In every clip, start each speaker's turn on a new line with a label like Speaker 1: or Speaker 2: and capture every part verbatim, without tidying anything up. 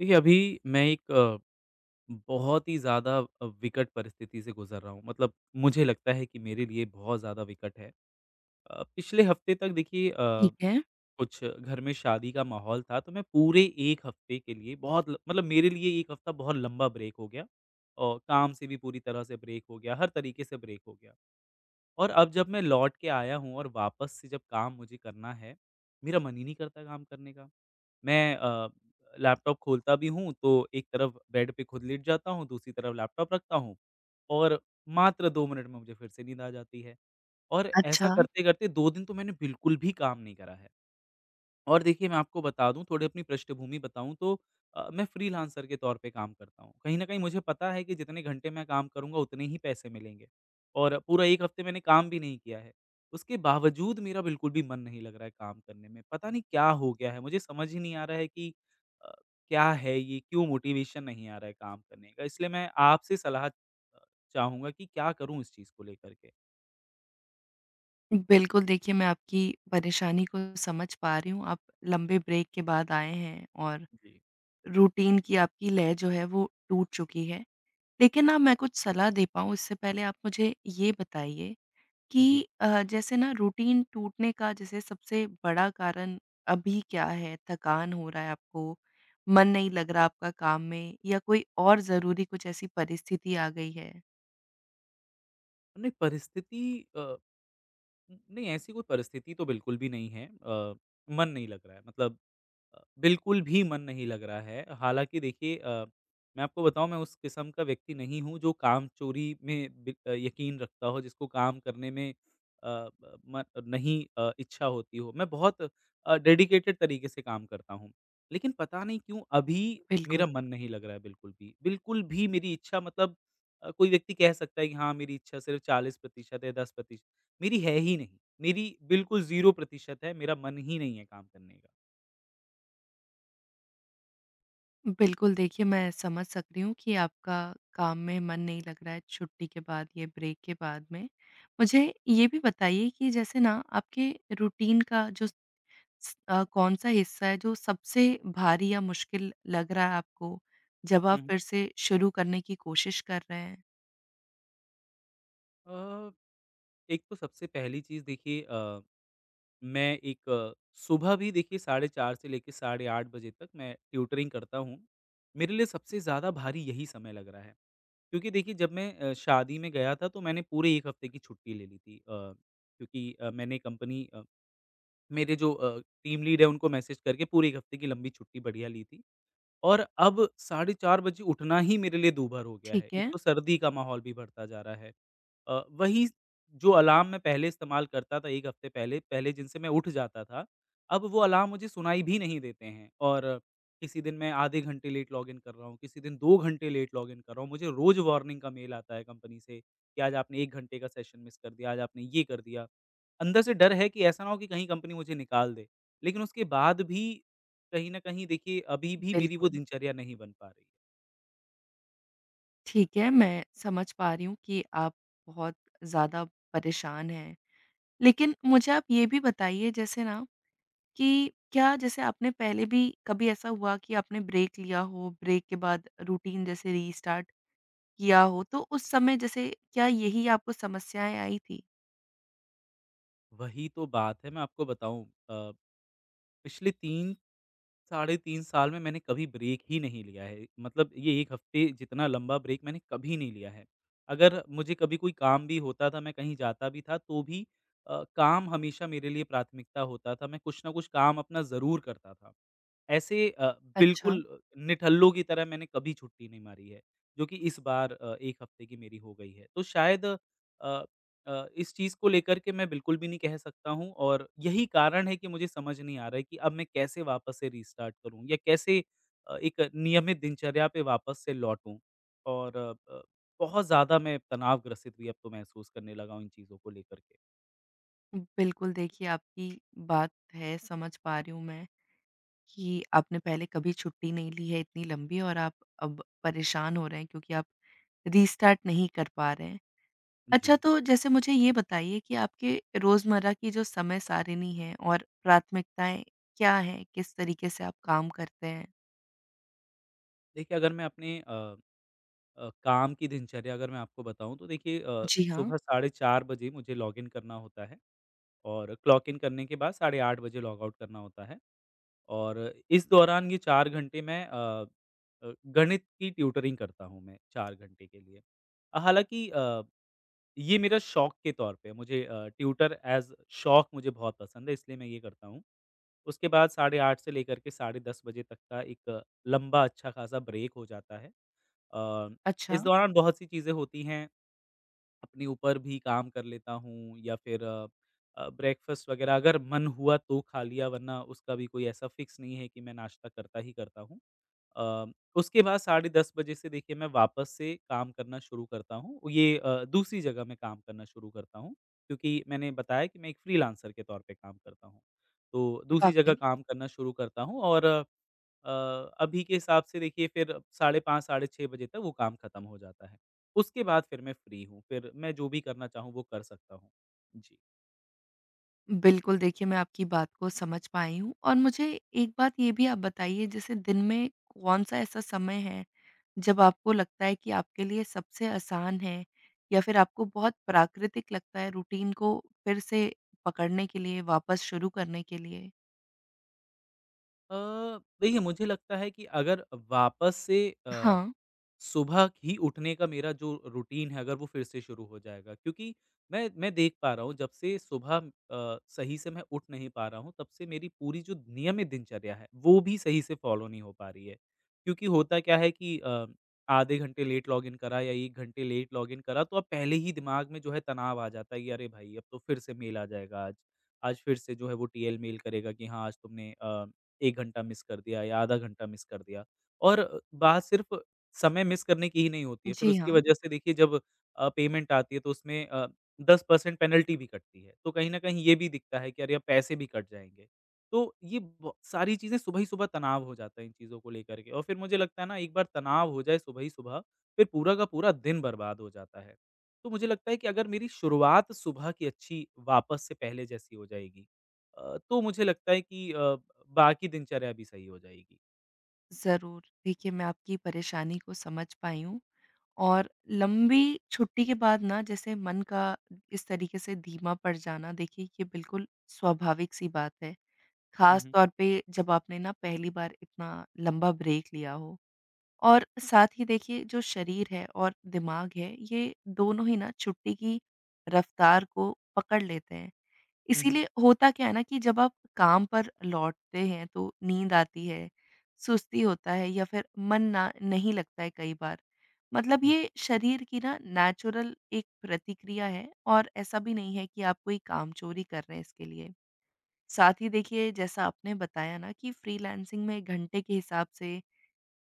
Speaker 1: देखिए, अभी मैं एक अ, बहुत ही ज़्यादा अ, विकट परिस्थिति से गुज़र रहा हूँ। मतलब मुझे लगता है कि मेरे लिए बहुत ज़्यादा विकट है। अ, पिछले हफ़्ते तक देखिए अ,
Speaker 2: ठीक है।
Speaker 1: कुछ घर में शादी का माहौल था, तो मैं पूरे एक हफ़्ते के लिए बहुत ल मतलब मेरे लिए एक हफ़्ता बहुत लंबा ब्रेक हो गया और काम से भी पूरी तरह से ब्रेक हो गया, हर तरीके से ब्रेक हो गया। और अब जब मैं लौट के आया हूँ और वापस से जब काम मुझे करना है, मेरा मन ही नहीं करता काम करने का। मैं अ, लैपटॉप खोलता भी हूँ तो एक तरफ बेड पे खुद लेट जाता हूँ, दूसरी तरफ लैपटॉप रखता हूँ और मात्र दो मिनट में मुझे फिर से नींद आ जाती है। और ऐसा
Speaker 2: अच्छा।
Speaker 1: करते-करते दो दिन तो मैंने बिल्कुल भी काम नहीं करा है। और देखिए मैं आपको बता दूँ थोड़ी अपनी पृष्ठभूमि बताऊँ तो अ, मैं फ्रीलांसर के तौर पे काम करता हूँ। कहीं न कहीं मुझे पता है कि जितने घंटे मैं काम करूँगा उतने ही पैसे मिलेंगे और पूरा एक हफ्ते मैंने काम भी नहीं किया है। उसके बावजूद मेरा बिल्कुल भी मन नहीं लग रहा है काम करने में। पता नहीं क्या हो गया है? मुझे समझ ही नहीं आ रहा है कि अ, क्या है ये? क्यों मोटिवेशन नहीं आ रहा है काम करने का? इसलिए मैं आपसे सलाह अ, चाहूँगा कि क्या करूँ इस चीज़ को लेकर के?
Speaker 2: बिल्कुल, देखिए मैं आपकी परेशानी को समझ पा रही हूँ। आप लंबे ब्रेक के बाद आए हैं और
Speaker 1: जी।
Speaker 2: रूटीन की आपकी लय जो है वो टूट चुकी है। लेकिन ना मैं कुछ सलाह दे पाऊँ इससे पहले आप मुझे ये बताइए
Speaker 1: जी।
Speaker 2: कि अ, जैसे ना रूटीन टूटने का जैसे सबसे बड़ा कारण अभी क्या है? थकान हो रहा है आपको, मन नहीं लग रहा आपका काम में, या कोई और ज़रूरी कुछ ऐसी परिस्थिति आ गई है?
Speaker 1: नहीं परिस्थिति अ न नहीं, ऐसी कोई परिस्थिति तो बिल्कुल भी नहीं है। अ, मन नहीं लग रहा है। मतलब अ, बिल्कुल भी मन नहीं लग रहा है। हालाँकि देखिए अ, मैं आपको बताऊँ मैं उस किस्म का व्यक्ति नहीं हूँ जो काम-चोरी में बि अ, यकीन रखता हो, जिसको काम करने में अ, ब म नहीं अ, इच्छा होती हो। मैं बहुत अ, डेडिकेटेड तरीके से काम करता हूँ। लेकिन पता नहीं क्यों अभी
Speaker 2: बिल्कुल।
Speaker 1: मेरा मन नहीं लग रहा है बिल्कुल भी। बिल्कुल भी मेरी इच्छा। मतलब अ, कोई व्यक्ति कह सकता है कि हाँ, मेरी इच्छा सिर्फ़ चालीस प्रतिशत है, दस प्रतिशत मेरी है ही नहीं। मेरी बिल्कुल शून्य प्रतिशत है, मेरा मन ही नहीं है काम करने का।
Speaker 2: बिल्कुल, देखिए मैं समझ सक रही हूँ कि आपका काम में मन नहीं लग रहा है छुट्टी के बाद, ये ब्रेक के बाद में। मुझे ये भी बताइए कि जैसे ना आपके रूटीन का जो स अ, कौन-सा हिस्सा है जो सबसे भारी या मुश्किल लग रहा है आपको, जब आप फिर से शुरू करने की कोशिश कर रहे हैं?
Speaker 1: अ, एक तो सबसे पहली चीज़ देखिए अ, मैं एक अ, सुबह भी देखिए साढ़े चार से लेके साढ़े आठ बजे तक मैं ट्यूटरिंग करता हूँ। मेरे लिए सबसे ज़्यादा भारी यही समय लग रहा है। क्योंकि देखिए जब मैं अ, शादी में गया था तो मैंने पूरे एक हफ़्ते की छुट्टी ले ली थी। अ, क्योंकि अ, मैंने कंपनी अ, मेरे जो अ, टीम लीड है उनको मैसेज करके पूरे एक हफ़्ते की लंबी छुट्टी बढ़िया ली थी। और अब साढ़े चार बजे उठना ही मेरे लिए दूभर हो गया है।
Speaker 2: ठीक
Speaker 1: एक
Speaker 2: है,
Speaker 1: तो सर्दी का माहौल भी बढ़ता जा रहा है। अ, वही जो अलार्म मैं पहले इस्तेमाल करता था एक हफ्ते पहले, पहले जिनसे मैं उठ जाता था, अब वो अलार्म मुझे सुनाई भी नहीं देते हैं और किसी दिन मैं आधे घंटे लेट लॉगिन कर रहा हूँ, किसी दिन दो घंटे लेट लॉगिन कर रहा हूँ। मुझे रोज़ वार्निंग का मेल आता है कंपनी से कि आज आपने एक घंटे का सेशन मिस कर दिया, आज आपने ये कर दिया। अंदर से डर है कि ऐसा ना हो कि कहीं कंपनी मुझे निकाल दे। लेकिन उसके बाद भी कहीं न कहीं देखिए अभी भी मेरी वो
Speaker 2: बिल्कुल।
Speaker 1: दिनचर्या नहीं बन पा रही है।
Speaker 2: ठीक है, मैं समझ पा रही हूँ कि आप बहुत ज़्यादा परेशान हैं। लेकिन मुझे आप ये भी बताइए जैसे ना कि क्या जैसे आपने पहले भी कभी ऐसा हुआ कि आपने ब्रेक लिया हो, ब्रेक के बाद रूटीन जैसे रीस्टार्ट किया हो, तो उस समय जैसे क्या यही आपको समस्याएँ आई थी?
Speaker 1: वही तो बात है। मैं आपको बताऊँ अ, पिछले तीन साढ़े तीन साल में मैंने कभी ब्रेक ही नहीं लिया है। मतलब ये एक हफ्ते जितना लंबा ब्रेक मैंने कभी नहीं लिया है। अगर मुझे कभी कोई काम भी होता था, मैं कहीं जाता भी था तो भी अ, काम हमेशा मेरे लिए प्राथमिकता होता था। मैं कुछ न कुछ काम अपना ज़रूर करता था। ऐसे अ,
Speaker 2: अच्छा।
Speaker 1: बिल्कुल अ, निठल्लों की तरह मैंने कभी छुट्टी नहीं मारी है, जो कि इस बार अ, एक हफ्ते की मेरी हो गई है। तो शायद अ अ, इस चीज़ को लेकर के मैं बिल्कुल भी नहीं कह सकता हूँ और यही कारण है कि मुझे समझ नहीं आ रहा है कि अब मैं कैसे वापस से रीस्टार्ट करूँ या कैसे अ, एक नियमित दिनचर्या पे वापस से लौटूँ और अ, ब बहुत ज़्यादा मैं तनावग्रसित भी अब तो महसूस करने लगा हूँ इन चीज़ों को लेकर के।
Speaker 2: बिल्कुल, देखिए आपकी बात है, समझ पा रही हूँ मैं कि आपने पहले कभी छुट्टी नहीं ली है इतनी लंबी, और आप अब परेशान हो रहे हैं क्योंकि आप रीस्टार्ट नहीं कर पा रहे हैं। अच्छा,
Speaker 1: जी।
Speaker 2: तो जैसे मुझे ये बताइए कि आपके रोज़मर्रा की जो समय सारिणी है और प्राथमिकताएँ क्या हैं? किस तरीके से आप काम करते हैं?
Speaker 1: देखिए, अगर मैं अपने अ अ, काम की दिनचर्या अगर मैं आपको बताऊँ तो देखिए अ,
Speaker 2: जी हाँ।
Speaker 1: सुबह साढ़े चार बजे मुझे लॉगिन करना होता है और क्लॉक इन करने के बाद साढ़े आठ बजे लॉग आउट करना होता है। और इस दौरान ये चार घंटे मैं अ अ, गणित की ट्यूटरिंग करता हूँ मैं चार घंटे के लिए। हालाँकि अ, ये मेरा शौक के तौर पे मुझे अ, ट्यूटर एज़ शौक मुझे बहुत पसंद है इसलिए मैं ये करता हूँ। उसके बाद साढ़े आठ से लेकर के साढ़े दस बजे तक का एक अ, लंबा अच्छा-खासा ब्रेक हो जाता है। अ,
Speaker 2: अच्छा,
Speaker 1: इस दौरान बहुत सी चीज़ें होती हैं। अपने ऊपर भी काम कर लेता हूँ या फिर अ अ, ब्रेकफ़ास्ट वग़ैरह अगर मन हुआ तो खा लिया, वरना उसका भी कोई ऐसा फ़िक्स नहीं है कि मैं नाश्ता करता ही करता हूँ। अ, उसके बाद साढ़े दस बजे से देखिए मैं वापस से काम करना शुरू करता हूँ। ये अ, दूसरी जगह मैं काम करना शुरू करता हूँ क्योंकि मैंने बताया कि मैं एक फ्रीलांसर के तौर पे काम करता हूँ। तो दूसरी जगह
Speaker 2: वाक़ई।
Speaker 1: काम करना शुरू करता हूँ और अ, अभी के हिसाब से देखिए फिर साढ़े पाँच साढ़े छह बजे तक वो काम ख़त्म हो जाता है। उसके बाद फिर मैं फ्री हूँ, फिर मैं जो भी करना चाहूँ वो कर सकता हूँ। जी।
Speaker 2: बिल्कुल, देखिए मैं आपकी बात को समझ पाई हूँ, और मुझे एक बात ये भी आप बताइए, जैसे दिन में कौन-सा ऐसा समय है, जब आपको लगता है कि आपके लिए सबसे आसान है या फिर आपको बहुत प्राकृतिक लगता है रूटीन को फिर से पकड़ने के लिए, वापस शुरू करने के लिए?
Speaker 1: अ, देखिए मुझे लगता है कि अगर वापस से अ
Speaker 2: हाँ।
Speaker 1: सुबह ही उठने का मेरा जो रूटीन है अगर वो फिर से शुरू हो जाएगा, क्योंकि मैं मैं देख पा रहा हूँ जब से सुबह अ, सही से मैं उठ नहीं पा रहा हूँ तब से मेरी पूरी जो नियमित दिनचर्या है वो भी सही से फॉलो नहीं हो पा रही है। क्योंकि होता क्या है कि अ, आधे घंटे लेट लॉगिन करा या एक घंटे लेट लॉगिन करा तो अब पहले ही दिमाग में जो है तनाव आ जाता है कि अरे भाई अब तो फिर से मेल आ जाएगा आज। आज फिर से जो है वो टीएल मेल करेगा कि हाँ आज तुमने अ, एक घंटा मिस कर दिया या आधा घंटा मिस कर दिया और बात सिर्फ समय मिस करने की ही नहीं होती है। फिर
Speaker 2: जी
Speaker 1: उसकी
Speaker 2: हाँ।
Speaker 1: वजह से देखिए जब अ, पेमेंट आती है तो उसमें अ, टेन परसेंट पेनल्टी भी कटती है। तो कहीं न कहीं ये भी दिखता है कि अरे अब पैसे भी कट जाएँगे। तो ये ब सारी चीज़ें सुबह ही सुबह तनाव हो जाता है इन चीज़ों को लेकर के और फिर मुझे लगता है ना एक बार तनाव हो जाए सुबह ही सुबह, फिर पूरा का पूरा दिन बर्बाद हो जाता है। तो मुझे लगता है कि अगर मेरी शुरुआत सुबह की अच्छी वापस से पहले जैसी हो जाएगी अ, तो मुझे लगता है कि अ, बाकी दिनचर्या भी सही हो जाएगी।
Speaker 2: ज़रूर। देखिए, मैं आपकी परेशानी को समझ पाई हूँ, और लंबी छुट्टी के बाद ना जैसे मन का इस तरीके से धीमा पड़ जाना, देखिए, ये बिल्कुल स्वाभाविक-सी बात है।
Speaker 1: हुँ,
Speaker 2: ख़ास
Speaker 1: हुँ।
Speaker 2: तौर पे जब आपने ना पहली बार इतना लंबा ब्रेक लिया हो, और साथ ही देखिए जो शरीर है और दिमाग है, ये दोनों ही ना छुट्टी की रफ़्तार को पकड़ लेते हैं।
Speaker 1: हुँ, हुँ।
Speaker 2: इसीलिए होता क्या है ना कि जब आप काम पर लौटते हैं तो नींद आती है, सुस्ती होता है, या फिर मन ना नहीं लगता है कई बार। मतलब ये
Speaker 1: जी,
Speaker 2: शरीर की ना नेचुरल एक प्रतिक्रिया है, और ऐसा भी नहीं है कि आप कोई कामचोरी कर रहे हैं इसके लिए। साथ ही देखिए, जैसा आपने बताया ना कि फ्रीलांसिंग में घंटे के हिसाब से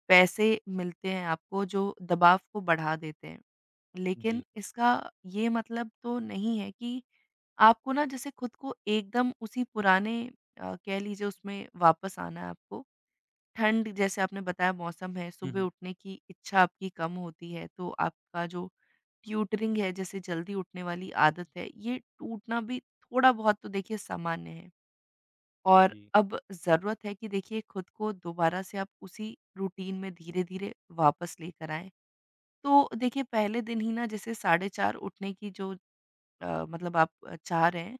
Speaker 2: पैसे मिलते हैं आपको, जो दबाव को बढ़ा देते हैं।
Speaker 1: जी।
Speaker 2: लेकिन इसका ये मतलब तो नहीं है कि आपको ना जैसे खुद को एकदम उसी पुराने अ, कह लीजिए उसमें वापस आना है आपको। ठंड जैसे आपने बताया मौसम है,
Speaker 1: हुँ,
Speaker 2: सुबह
Speaker 1: हुँ।
Speaker 2: उठने की इच्छा आपकी कम होती है, तो आपका जो ट्यूटरिंग है, जैसे जल्दी उठने वाली आदत है, ये टूटना भी थोड़ा बहुत तो देखिए सामान्य है। और
Speaker 1: जी।
Speaker 2: अब ज़रूरत है कि देखिए खुद को दोबारा से आप उसी रूटीन में धीरे-धीरे वापस लेकर आएँ। तो देखिए पहले दिन ही ना जैसे साढ़े चार उठने की जो अ, मतलब आप अ, चाह रहे हैं,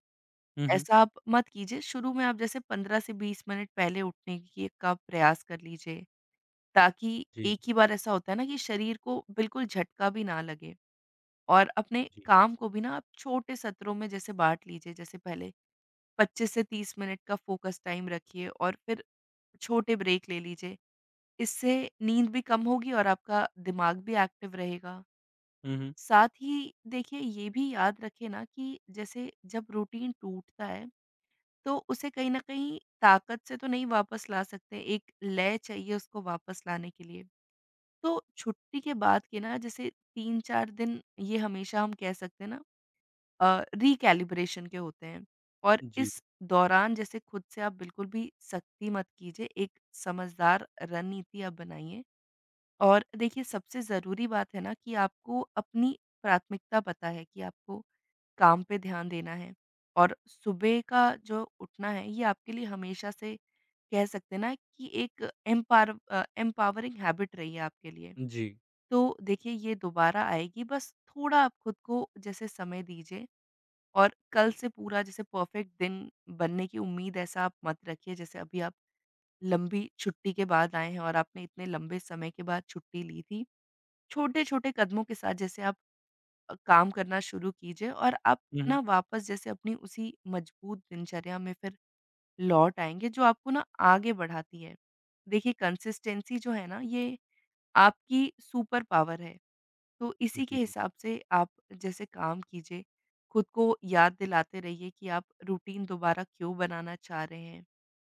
Speaker 1: हुँ, हुँ।
Speaker 2: ऐसा आप मत कीजिए। शुरू में आप जैसे पंद्रह से बीस मिनट पहले उठने की का प्रयास कर लीजिए, ताकि
Speaker 1: जी,
Speaker 2: एक ही बार ऐसा होता है ना कि शरीर को बिल्कुल झटका भी ना लगे, और अपने
Speaker 1: जी।
Speaker 2: काम को भी ना आप छोटे सत्रों में जैसे बाँट लीजिए। जैसे पहले पच्चीस से तीस मिनट का फ़ोकस टाइम रखिए और फिर छोटे ब्रेक ले लीजिए। इससे नींद भी कम होगी और आपका दिमाग भी एक्टिव रहेगा।
Speaker 1: हुँ, हुँ।
Speaker 2: साथ ही देखिए ये भी याद रखें ना कि जैसे जब रूटीन टूटता है, तो उसे कहीं न कहीं ताकत से तो नहीं वापस ला सकते, एक लय चाहिए उसको वापस लाने के लिए। तो छुट्टी के बाद के ना जैसे तीन चार दिन ये हमेशा हम कह सकते हैं ना अ, रिकैलिब्रेशन के होते हैं, और
Speaker 1: जी,
Speaker 2: इस दौरान जैसे खुद से आप बिल्कुल भी सख्ती मत कीजिए, एक समझदार रणनीति आप बनाइए। और देखिए सबसे ज़रूरी बात है ना कि आपको अपनी प्राथमिकता पता है कि आपको काम पे ध्यान देना है, और सुबह का जो उठना है ये आपके लिए हमेशा से कह सकते हैं ना कि एक एम्पावर एम्पावरिंग हैबिट रही है आपके लिए।
Speaker 1: जी।
Speaker 2: तो देखिए ये दोबारा आएगी, बस थोड़ा आप खुद को जैसे समय दीजिए, और कल से पूरा जैसे परफेक्ट दिन बनने की उम्मीद ऐसा आप मत रखिए। जैसे अभी आप लंबी छुट्टी के बाद आए हैं, और आपने इतने लंबे समय के बाद छुट्टी ली थी। छोटे-छोटे कदमों के साथ जैसे आप अ, काम करना शुरू कीजिए, और आप
Speaker 1: हुँ, हुँ।
Speaker 2: ना वापस जैसे अपनी उसी मजबूत दिनचर्या में फिर लौट आएँगे जो आपको ना आगे बढ़ाती है। देखिए कंसिस्टेंसी जो है ना, ये आपकी सुपर पावर है, तो इसी के
Speaker 1: जी।
Speaker 2: हिसाब से आप जैसे काम कीजिए। खुद को याद दिलाते रहिए कि आप रूटीन दोबारा क्यों बनाना चाह रहे हैं।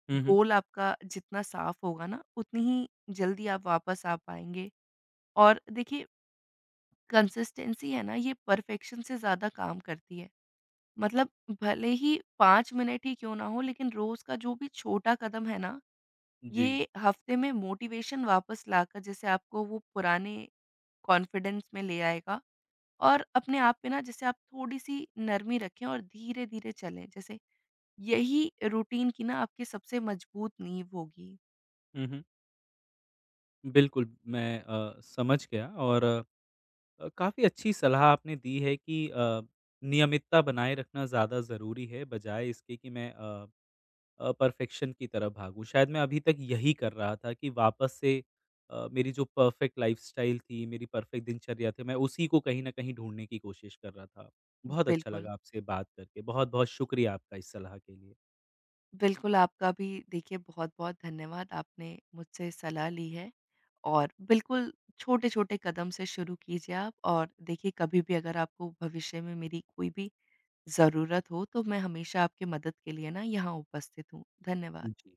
Speaker 1: हुँ, हुँ।
Speaker 2: गोल आपका जितना साफ होगा ना, उतनी ही जल्दी आप वापस आ पाएँगे, और देखिए कंसिस्टेंसी है ना, ये परफेक्शन से ज़्यादा काम करती है। मतलब भले ही पाँच मिनट ही क्यों ना हो, लेकिन रोज़ का जो भी छोटा कदम है ना,
Speaker 1: जी।
Speaker 2: ये हफ्ते में मोटिवेशन वापस लाकर जैसे आपको वो पुराने कॉन्फिडेंस में ले आएगा। और अपने आप पे ना जैसे आप थोड़ी-सी नरमी रखें और धीरे-धीरे चलें। जैसे यही रूटीन की ना आपकी सबसे मजबूत नींव होगी।
Speaker 1: हुँ, हुँ। बिल्कुल, मैं अ, समझ गया और अ, काफ़ी अच्छी सलाह आपने दी है कि अ, नियमितता बनाए रखना ज़्यादा ज़रूरी है, बजाए इसके कि मैं अ अ, परफ़ेक्शन की तरफ भागूँ। शायद मैं अभी तक यही कर रहा था कि वापस से अ, मेरी जो परफ़ेक्ट लाइफ़स्टाइल थी, मेरी परफ़ेक्ट दिनचर्या थी, मैं उसी को कहीं न कहीं ढूँढने की कोशिश कर रहा था। बहुत अच्छा
Speaker 2: बिल्कुल।
Speaker 1: लगा आपसे बात करके। बहुत-बहुत शुक्रिया आपका इस सलाह के लिए।
Speaker 2: बिल्कुल, आपका भी देखिए बहुत-बहुत धन्यवाद, आपने मुझसे सलाह ली है। और बिल्कुल छोटे-छोटे कदम से शुरू कीजिए आप। और देखिए कभी भी अगर आपको भविष्य में मेरी कोई भी ज़रूरत हो, तो मैं हमेशा आपकी मदद के लिए ना यहाँ उपस्थित हूँ। धन्यवाद।
Speaker 1: जी।